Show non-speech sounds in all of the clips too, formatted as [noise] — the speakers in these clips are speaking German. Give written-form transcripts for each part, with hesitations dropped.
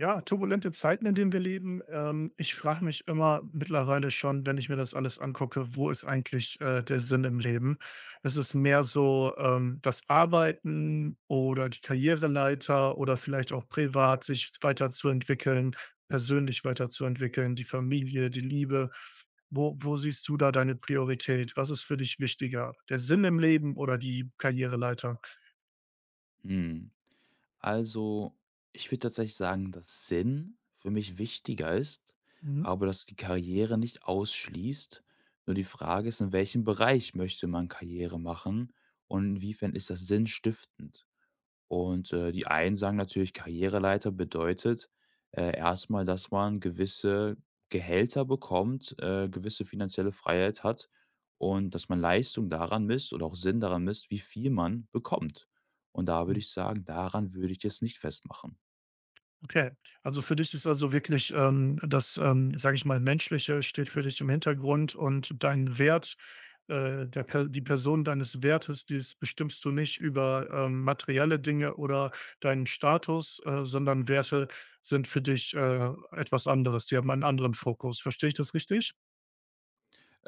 Ja, turbulente Zeiten, in denen wir leben. Ich frage mich immer mittlerweile schon, wenn ich mir das alles angucke, wo ist eigentlich der Sinn im Leben? Es ist mehr so das Arbeiten oder die Karriereleiter oder vielleicht auch privat sich weiterzuentwickeln, persönlich weiterzuentwickeln, die Familie, die Liebe. Wo siehst du da deine Priorität? Was ist für dich wichtiger? Der Sinn im Leben oder die Karriereleiter? Hm. Also, ich würde tatsächlich sagen, dass Sinn für mich wichtiger ist, Mhm. aber dass die Karriere nicht ausschließt. Nur die Frage ist, in welchem Bereich möchte man Karriere machen und inwiefern ist das sinnstiftend? Und, die einen sagen natürlich, Karriereleiter bedeutet, erst dass man gewisse Gehälter bekommt, gewisse finanzielle Freiheit hat und dass man Leistung daran misst oder auch Sinn daran misst, wie viel man bekommt. Und da würde ich sagen, daran würde ich es nicht festmachen. Okay. Also für dich ist also wirklich, das, sage ich mal, Menschliche steht für dich im Hintergrund und dein Wert, der Per die Person deines Wertes, dies bestimmst du nicht über, materielle Dinge oder deinen Status, sondern Werte sind für dich, etwas anderes. Die haben einen anderen Fokus. Verstehe ich das richtig?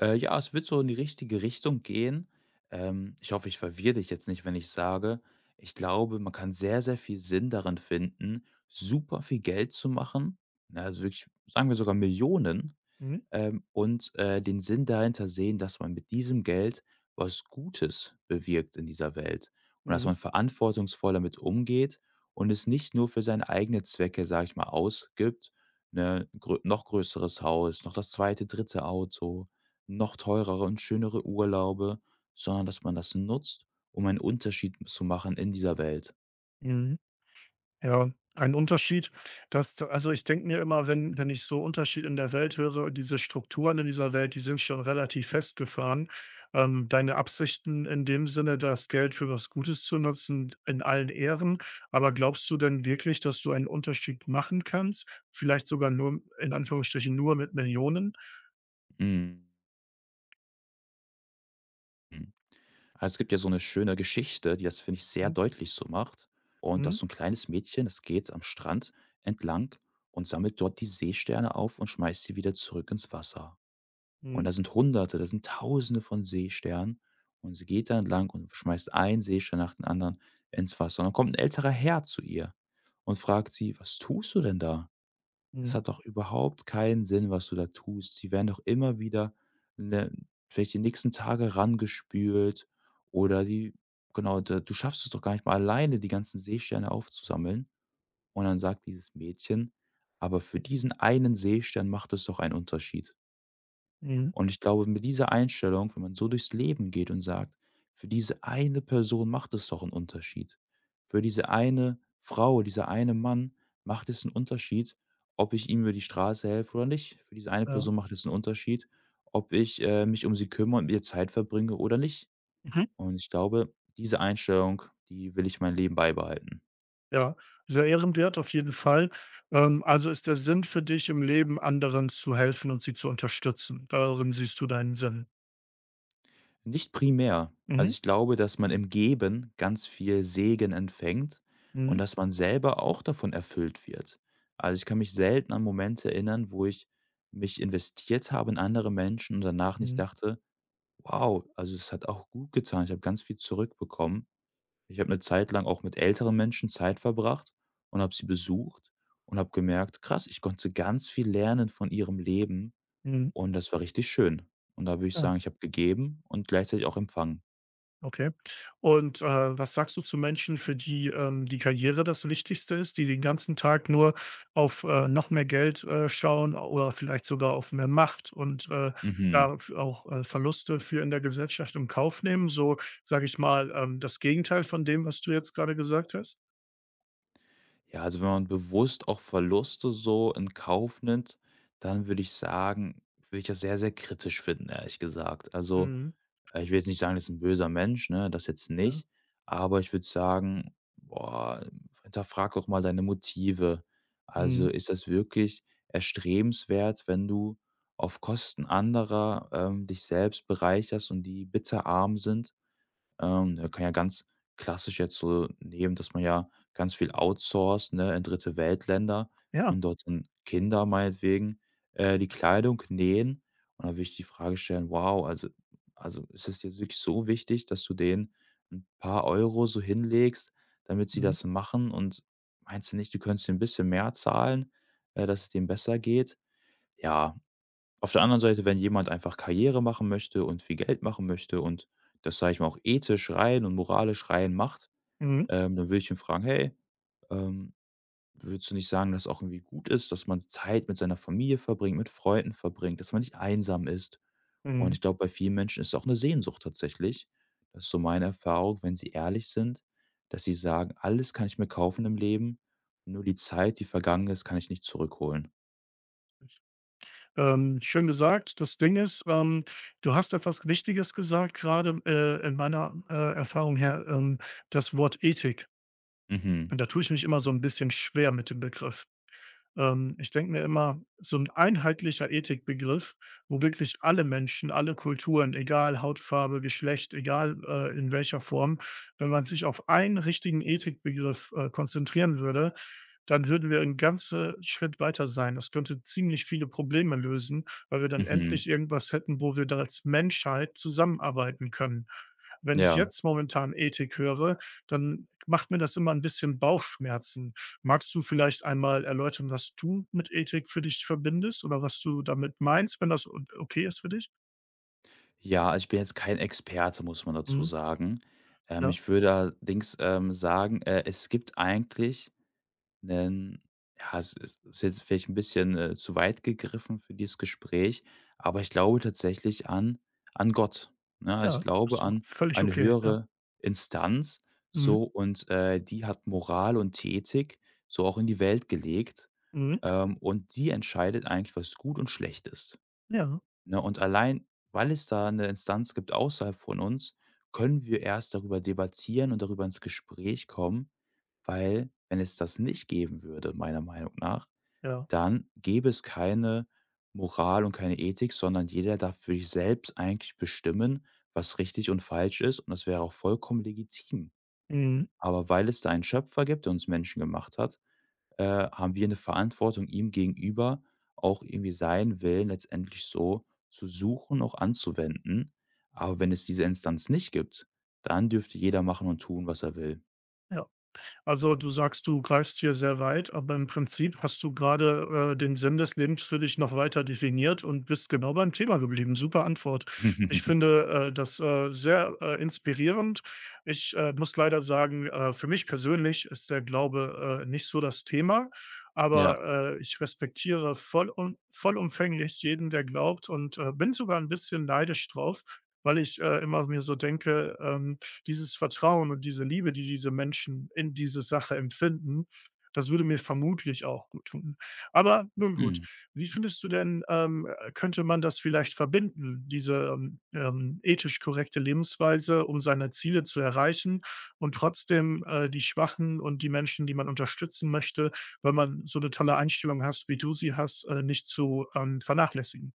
Ja, es wird so in die richtige Richtung gehen. Ich hoffe, ich verwirre dich jetzt nicht, wenn ich sage, ich glaube, man kann sehr, sehr viel Sinn darin finden, super viel Geld zu machen. Ne, also wirklich, sagen wir sogar Millionen, Mhm. Und, den Sinn dahinter sehen, dass man mit diesem Geld was Gutes bewirkt in dieser Welt und dass Mhm. man verantwortungsvoll damit umgeht und es nicht nur für seine eigenen Zwecke, sage ich mal, ausgibt, ne, grö noch größeres Haus, noch das zweite, dritte Auto, noch teurere und schönere Urlaube, sondern dass man das nutzt, um einen Unterschied zu machen in dieser Welt. Mhm. Ja, ein Unterschied, dass also, ich denke mir immer, wenn ich so Unterschied in der Welt höre, diese Strukturen in dieser Welt, die sind schon relativ festgefahren. Deine Absichten in dem Sinne, das Geld für was Gutes zu nutzen, in allen Ehren. Aber glaubst du denn wirklich, dass du einen Unterschied machen kannst? Vielleicht sogar nur in Anführungsstrichen nur mit Millionen? Mhm. Also, es gibt ja so eine schöne Geschichte, die das, finde ich, sehr Mhm, deutlich so macht. Und das mhm, ist so ein kleines Mädchen, das geht am Strand entlang und sammelt dort die Seesterne auf und schmeißt sie wieder zurück ins Wasser. Und mhm, da sind Hunderte, da sind Tausende von Seesternen und sie geht da entlang und schmeißt einen Seestern nach dem anderen ins Wasser. Und dann kommt ein älterer Herr zu ihr und fragt sie: „Was tust du denn da? Das mhm, hat doch überhaupt keinen Sinn, was du da tust. Die werden doch immer wieder, ne, vielleicht die nächsten Tage rangespült oder die genau, da du schaffst es doch gar nicht mal alleine, die ganzen Seesterne aufzusammeln.“ Und dann sagt dieses Mädchen: „Aber für diesen einen Seestern macht es doch einen Unterschied.“ mhm, Und ich glaube, mit dieser Einstellung, wenn man so durchs Leben geht und sagt: „Für diese eine Person macht es doch einen Unterschied. Für diese eine Frau, dieser eine Mann macht es einen Unterschied, ob ich ihm über die Straße helfe oder nicht. Für diese eine ja. Person macht es einen Unterschied, ob ich, mich um sie kümmere und mit ihr Zeit verbringe oder nicht.“ Und ich glaube, diese Einstellung, die will ich mein Leben beibehalten. Ja, sehr ehrenwert auf jeden Fall. Also ist der Sinn für dich im Leben, anderen zu helfen und sie zu unterstützen. Darin siehst du deinen Sinn. Nicht primär. Also, Mhm. ich glaube, dass man im Geben ganz viel Segen empfängt und Mhm. dass man selber auch davon erfüllt wird. Also, ich kann mich selten an Momente erinnern, wo ich mich investiert habe in andere Menschen und danach nicht Mhm. dachte: „Wow, also, es hat auch gut getan. Ich habe ganz viel zurückbekommen.“ Ich habe eine Zeit lang auch mit älteren Menschen Zeit verbracht und habe sie besucht und habe gemerkt: „Krass, ich konnte ganz viel lernen von ihrem Leben.“ Mhm. Und das war richtig schön. Und da würde ich sagen, ich habe gegeben und gleichzeitig auch empfangen. Okay. Und, was sagst du zu Menschen, für die, die Karriere das Wichtigste ist, die den ganzen Tag nur auf, noch mehr Geld, schauen oder vielleicht sogar auf mehr Macht und, Mhm. Verluste für in der Gesellschaft in Kauf nehmen, so, sage ich mal, das Gegenteil von dem, was du jetzt gerade gesagt hast? Ja, also wenn man bewusst auch Verluste so in Kauf nimmt, dann würde ich sagen, würde ich das sehr, sehr kritisch finden, ehrlich gesagt. Also, Mhm. Ich will jetzt nicht sagen, das ist ein böser Mensch, ne, das jetzt Ja. nicht, aber ich würde sagen, boah, hinterfrag doch mal deine Motive. Also, Mhm. ist das wirklich erstrebenswert, wenn du auf Kosten anderer dich selbst bereicherst und die bitterarm sind? Man kann ja ganz klassisch jetzt so nehmen, dass man ja ganz viel outsourced, ne, in Dritte Weltländer Ja. und dort dann Kinder meinetwegen, die Kleidung nähen. Und da würde ich die Frage stellen: „Wow, also ist es jetzt wirklich so wichtig, dass du denen ein paar Euro so hinlegst, damit sie Mhm. das machen und meinst du nicht, du könntest denen 'n bisschen mehr zahlen, dass es denen besser geht?“ Ja. Auf der anderen Seite, wenn jemand einfach Karriere machen möchte und viel Geld machen möchte und das, sage ich mal, auch ethisch rein und moralisch rein macht, Mhm. Dann würde ich ihn fragen: „Hey, ähm, würdest du nicht sagen, dass es auch irgendwie gut ist, dass man Zeit mit seiner Familie verbringt, mit Freunden verbringt, dass man nicht einsam ist?“ Und Mhm. ich glaube, bei vielen Menschen ist es auch eine Sehnsucht tatsächlich. Das ist so meine Erfahrung, wenn sie ehrlich sind, dass sie sagen: „Alles kann ich mir kaufen im Leben, nur die Zeit, die vergangen ist, kann ich nicht zurückholen.“ Schön gesagt. Das Ding ist, du hast etwas Wichtiges gesagt, gerade, in meiner, Erfahrung her, das Wort Ethik. Mhm, Und da tue ich mich immer so ein bisschen schwer mit dem Begriff. Ich denke mir immer, so ein einheitlicher Ethikbegriff, wo wirklich alle Menschen, alle Kulturen, egal Hautfarbe, Geschlecht, egal, in welcher Form wenn man sich auf einen richtigen Ethikbegriff, konzentrieren würde, dann würden wir einen ganzen Schritt weiter sein. Das könnte ziemlich viele Probleme lösen, weil wir dann mhm, endlich irgendwas hätten, wo wir da als Menschheit zusammenarbeiten können. Wenn ich ja. jetzt momentan Ethik höre, dann macht mir das immer ein bisschen Bauchschmerzen. Magst du vielleicht einmal erläutern, was du mit Ethik für dich verbindest oder was du damit meinst, wenn das o okay ist für dich? Ja, also ich bin jetzt kein Experte, muss man dazu Mhm, sagen. Ja, Ich würde allerdings, sagen, es gibt eigentlich 'nen ja, es ist jetzt vielleicht ein bisschen, zu weit gegriffen für dieses Gespräch, aber ich glaube tatsächlich an Gott, ne? Ja, Also ich ja, glaube ist doch an völlig eine okay, ja. höhere Instanz Mhm, so und, die hat Moral und Ethik so auch in die Welt gelegt, mhm, und die entscheidet eigentlich, was gut und schlecht ist. ja, Ne, und allein, weil es da eine Instanz gibt außerhalb von uns, können wir erst darüber debattieren und darüber ins Gespräch kommen, weil wenn es das nicht geben würde, meiner Meinung nach, ja, dann gäbe es keine Moral und keine Ethik, sondern jeder darf für sich selbst eigentlich bestimmen, was richtig und falsch ist, und das wäre auch vollkommen legitim. mhm, Aber weil es da einen Schöpfer gibt, der uns Menschen gemacht hat haben wir eine Verantwortung ihm gegenüber, auch irgendwie seinen Willen letztendlich so zu suchen, auch anzuwenden. Aber wenn es diese Instanz nicht gibt, dann dürfte jeder machen und tun, was er will. ja. Also, du sagst, du greifst hier sehr weit, aber im Prinzip hast du gerade, den Sinn des Lebens für dich noch weiter definiert und bist genau beim Thema geblieben. Super Antwort. Ich [laughs] finde, das, sehr, inspirierend. Ich, muss leider sagen, für mich persönlich ist der Glaube, nicht so das Thema, Ja. aber, ich respektiere vollumfänglich jeden, der glaubt und, bin sogar ein bisschen neidisch drauf, weil ich, immer mir so denke, dieses Vertrauen und diese Liebe, die diese Menschen in diese Sache empfinden, das würde mir vermutlich auch gut tun. Aber nun gut, Mhm. wie findest du denn, könnte man das vielleicht verbinden, diese ethisch korrekte Lebensweise, um seine Ziele zu erreichen und trotzdem die Schwachen und die Menschen, die man unterstützen möchte, wenn man so eine tolle Einstellung hast, wie du sie hast, nicht zu, vernachlässigen?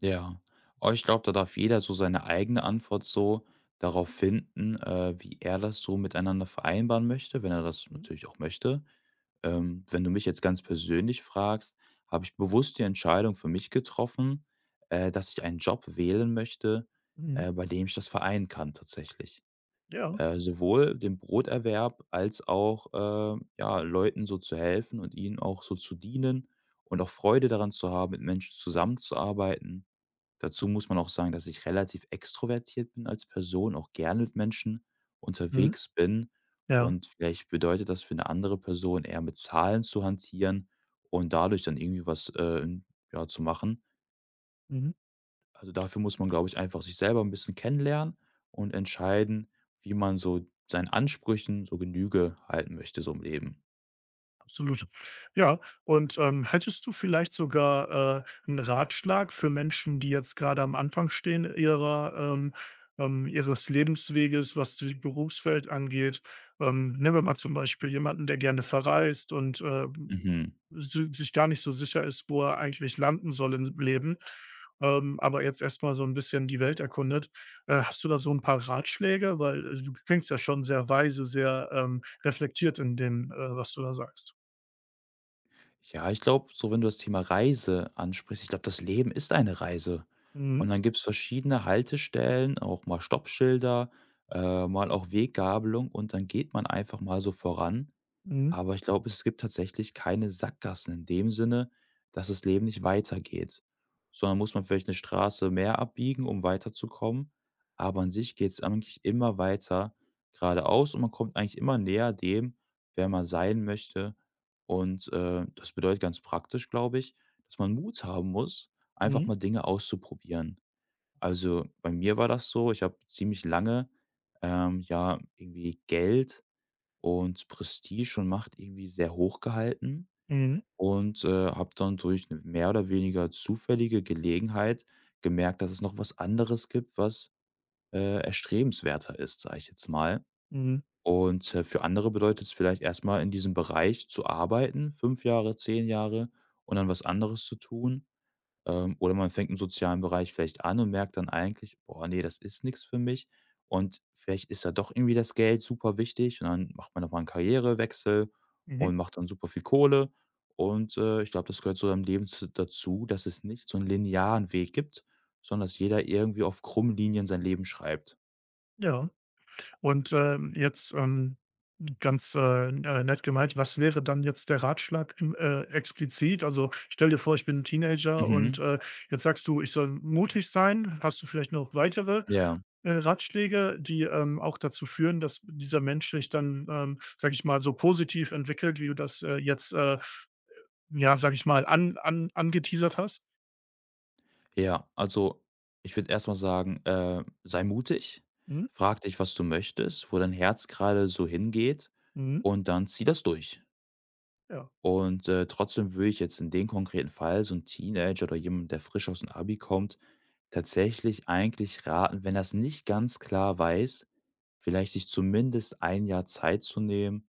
Ja. Aber ich glaube, da darf jeder so seine eigene Antwort so darauf finden, wie er das so miteinander vereinbaren möchte, wenn er das Mhm, natürlich auch möchte. Wenn du mich jetzt ganz persönlich fragst, habe ich bewusst die Entscheidung für mich getroffen, dass ich einen Job wählen möchte, mhm. Bei dem ich das vereinen kann tatsächlich. Ja. Sowohl den Broterwerb als auch ja, Leuten so zu helfen und ihnen auch so zu dienen und auch Freude daran zu haben, mit Menschen zusammenzuarbeiten. Dazu muss man auch sagen, dass ich relativ extrovertiert bin als Person, auch gerne mit Menschen Mhm, unterwegs bin. ja. Und vielleicht bedeutet das für eine andere Person eher mit Zahlen zu hantieren und dadurch dann irgendwie was, ja, zu machen. Mhm. Also, dafür muss man, glaube ich, einfach sich selber ein bisschen kennenlernen und entscheiden, wie man so seinen Ansprüchen so Genüge halten möchte so im Leben. Absolut. Ja, und, hättest du vielleicht sogar, 'n Ratschlag für Menschen, die jetzt gerade am Anfang stehen ihrer ihres Lebensweges, was das Berufsfeld angeht? Nehmen wir mal zum Beispiel jemanden, der gerne verreist und, Mhm. si sich gar nicht so sicher ist, wo er eigentlich landen soll im Leben, aber jetzt erst mal so ein bisschen die Welt erkundet. Hast du da so ein paar Ratschläge? Weil, du klingst ja schon sehr weise, sehr, reflektiert in dem, was du da sagst. Ja, ich glaube, so wenn du das Thema Reise ansprichst, ich glaube, das Leben ist eine Reise. Mhm, Und dann gibt's verschiedene Haltestellen, auch mal Stoppschilder, mal auch Weggabelung und dann geht man einfach mal so voran. mhm, Aber ich glaube, es gibt tatsächlich keine Sackgassen in dem Sinne, dass das Leben nicht weitergeht, sondern muss man vielleicht eine Straße mehr abbiegen, um weiterzukommen. Aber an sich geht es eigentlich immer weiter geradeaus und man kommt eigentlich immer näher dem, wer man sein möchte. Und, das bedeutet ganz praktisch, glaube ich, dass man Mut haben muss, einfach mhm, mal Dinge auszuprobieren. Also, bei mir war das so, ich habe ziemlich lange, ja, irgendwie Geld und Prestige und Macht irgendwie sehr hoch gehalten mhm, und, habe dann durch eine mehr oder weniger zufällige Gelegenheit gemerkt, dass es noch was anderes gibt, was, erstrebenswerter ist, sage ich jetzt mal. mhm, Und, für andere bedeutet es vielleicht erstmal in diesem Bereich zu arbeiten, 5 Jahre, 10 Jahre und dann was anderes zu tun. Oder man fängt im sozialen Bereich vielleicht an und merkt dann eigentlich: „Boah, nee, das ist nichts für mich.“ Und vielleicht ist da doch irgendwie das Geld super wichtig und dann macht man noch mal 'n Karrierewechsel mhm, und macht dann super viel Kohle. Und, ich glaube, das gehört zu deinem Leben z dazu, dass es nicht so einen linearen Weg gibt, sondern dass jeder irgendwie auf krummen Linien sein Leben schreibt. ja. Und, jetzt, ganz, nett gemeint, was wäre dann jetzt der Ratschlag explizit? Also, stell dir vor, ich bin 'n Teenager und, Mhm. Jetzt sagst du, ich soll mutig sein. Hast du vielleicht noch weitere, Ja. Ratschläge, die, auch dazu führen, dass dieser Mensch sich dann, sage ich mal, so positiv entwickelt, wie du das, jetzt, ja, sage ich mal, an an angeteasert hast? Ja, also ich würde erstmal sagen, sei mutig, Mhm, frag dich, was du möchtest, wo dein Herz gerade so hingeht mhm, und dann zieh das durch. ja. Und, trotzdem würde ich jetzt in dem konkreten Fall so ein Teenager oder jemand, der frisch aus dem Abi kommt, tatsächlich eigentlich raten, wenn er's nicht ganz klar weiß, vielleicht sich zumindest ein Jahr Zeit zu nehmen,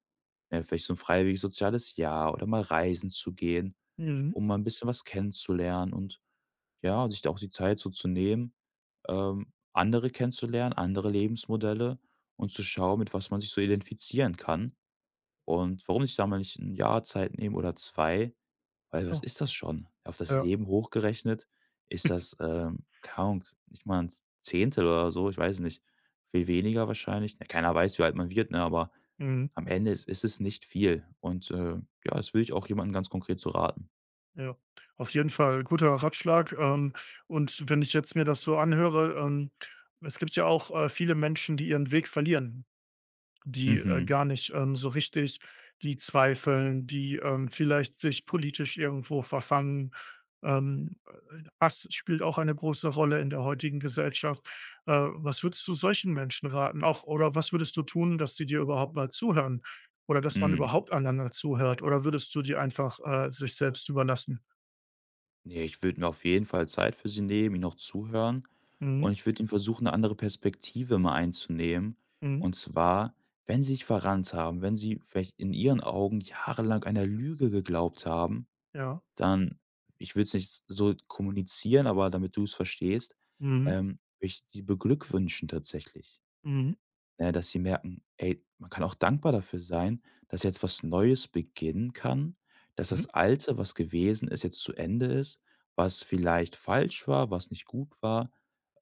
vielleicht so ein freiwilliges soziales Jahr oder mal reisen zu gehen Mhm, um mal ein bisschen was kennenzulernen und, ja, sich da auch die Zeit so zu nehmen, andere kennenzulernen, andere Lebensmodelle und zu schauen, mit was man sich so identifizieren kann. Und warum nicht da mal nicht ein Jahr Zeit nehmen oder zwei, weil was ja. ist das schon? Auf das Ja. Leben hochgerechnet ist das, keine Ahnung, nicht mal ein Zehntel oder so, ich weiß nicht, viel weniger wahrscheinlich. Na, keiner weiß, wie alt man wird, ne, aber Mhm, am Ende ist es nicht viel und, ja, das würde ich auch jemandem ganz konkret so raten. ja. Auf jeden Fall guter Ratschlag, und wenn ich jetzt mir das so anhöre, es gibt ja auch, viele Menschen, die ihren Weg verlieren, die, Mhm. gar nicht, so richtig die zweifeln, die, vielleicht sich politisch irgendwo verfangen. Ähm, Hass spielt auch eine große Rolle in der heutigen Gesellschaft. Was würdest du solchen Menschen raten? Auch oder was würdest du tun, dass sie dir überhaupt mal zuhören oder dass man Hm, überhaupt einander zuhört? Oder würdest du die einfach, sich selbst überlassen? ne, ich würde mir auf jeden Fall Zeit für sie nehmen, ihnen auch zuhören und Mhm, ich würde ihnen versuchen, eine andere Perspektive mal einzunehmen. mhm, Und zwar, wenn sie sich verrannt haben, wenn sie vielleicht in ihren Augen jahrelang einer Lüge geglaubt haben, ja. dann ich würde es nicht so kommunizieren, aber damit du es verstehst, Mhm, würde ich sie beglückwünschen tatsächlich. mhm, Ne, dass sie merken: „Ey, man kann auch dankbar dafür sein, dass jetzt was Neues beginnen kann, dass das mhm, Alte, was gewesen ist, jetzt zu Ende ist, was vielleicht falsch war, was nicht gut war,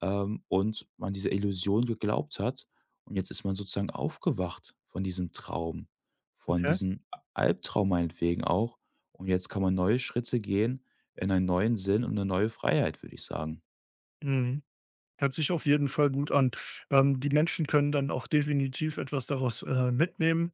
und man dieser Illusion geglaubt hat. Und jetzt ist man sozusagen aufgewacht von diesem Traum, von okay. diesem Albtraum meinetwegen auch. Und jetzt kann man neue Schritte gehen in einen neuen Sinn und eine neue Freiheit“, würde ich sagen. Mhm. Hört sich auf jeden Fall gut an. Die Menschen können dann auch definitiv etwas daraus, mitnehmen.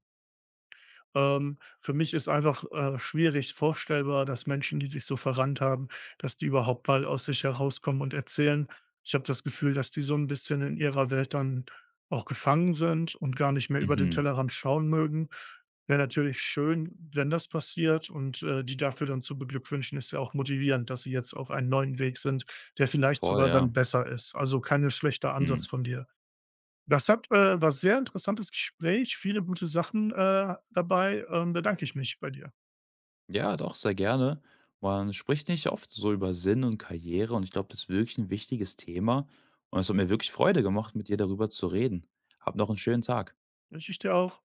Für mich ist einfach, schwierig vorstellbar, dass Menschen, die sich so verrannt haben, dass die überhaupt mal aus sich herauskommen und erzählen. Ich habe das Gefühl, dass die so ein bisschen in ihrer Welt dann auch gefangen sind und gar nicht mehr über den Mhm. Tellerrand schauen mögen. Wäre natürlich schön, wenn das passiert und, die dafür dann zu beglückwünschen, ist ja auch motivierend, dass sie jetzt auf einen neuen Weg sind, der vielleicht Voll, sogar ja. dann besser ist. Also, kein schlechter Ansatz Mhm. von dir. Das hat, war sehr interessantes Gespräch, viele gute Sachen, dabei, bedanke ich mich bei dir. Ja, doch, sehr gerne. Man spricht nicht oft so über Sinn und Karriere und ich glaube, das ist wirklich ein wichtiges Thema. Und es hat mir wirklich Freude gemacht, mit dir darüber zu reden. Hab noch einen schönen Tag. Wünsche ich dir auch.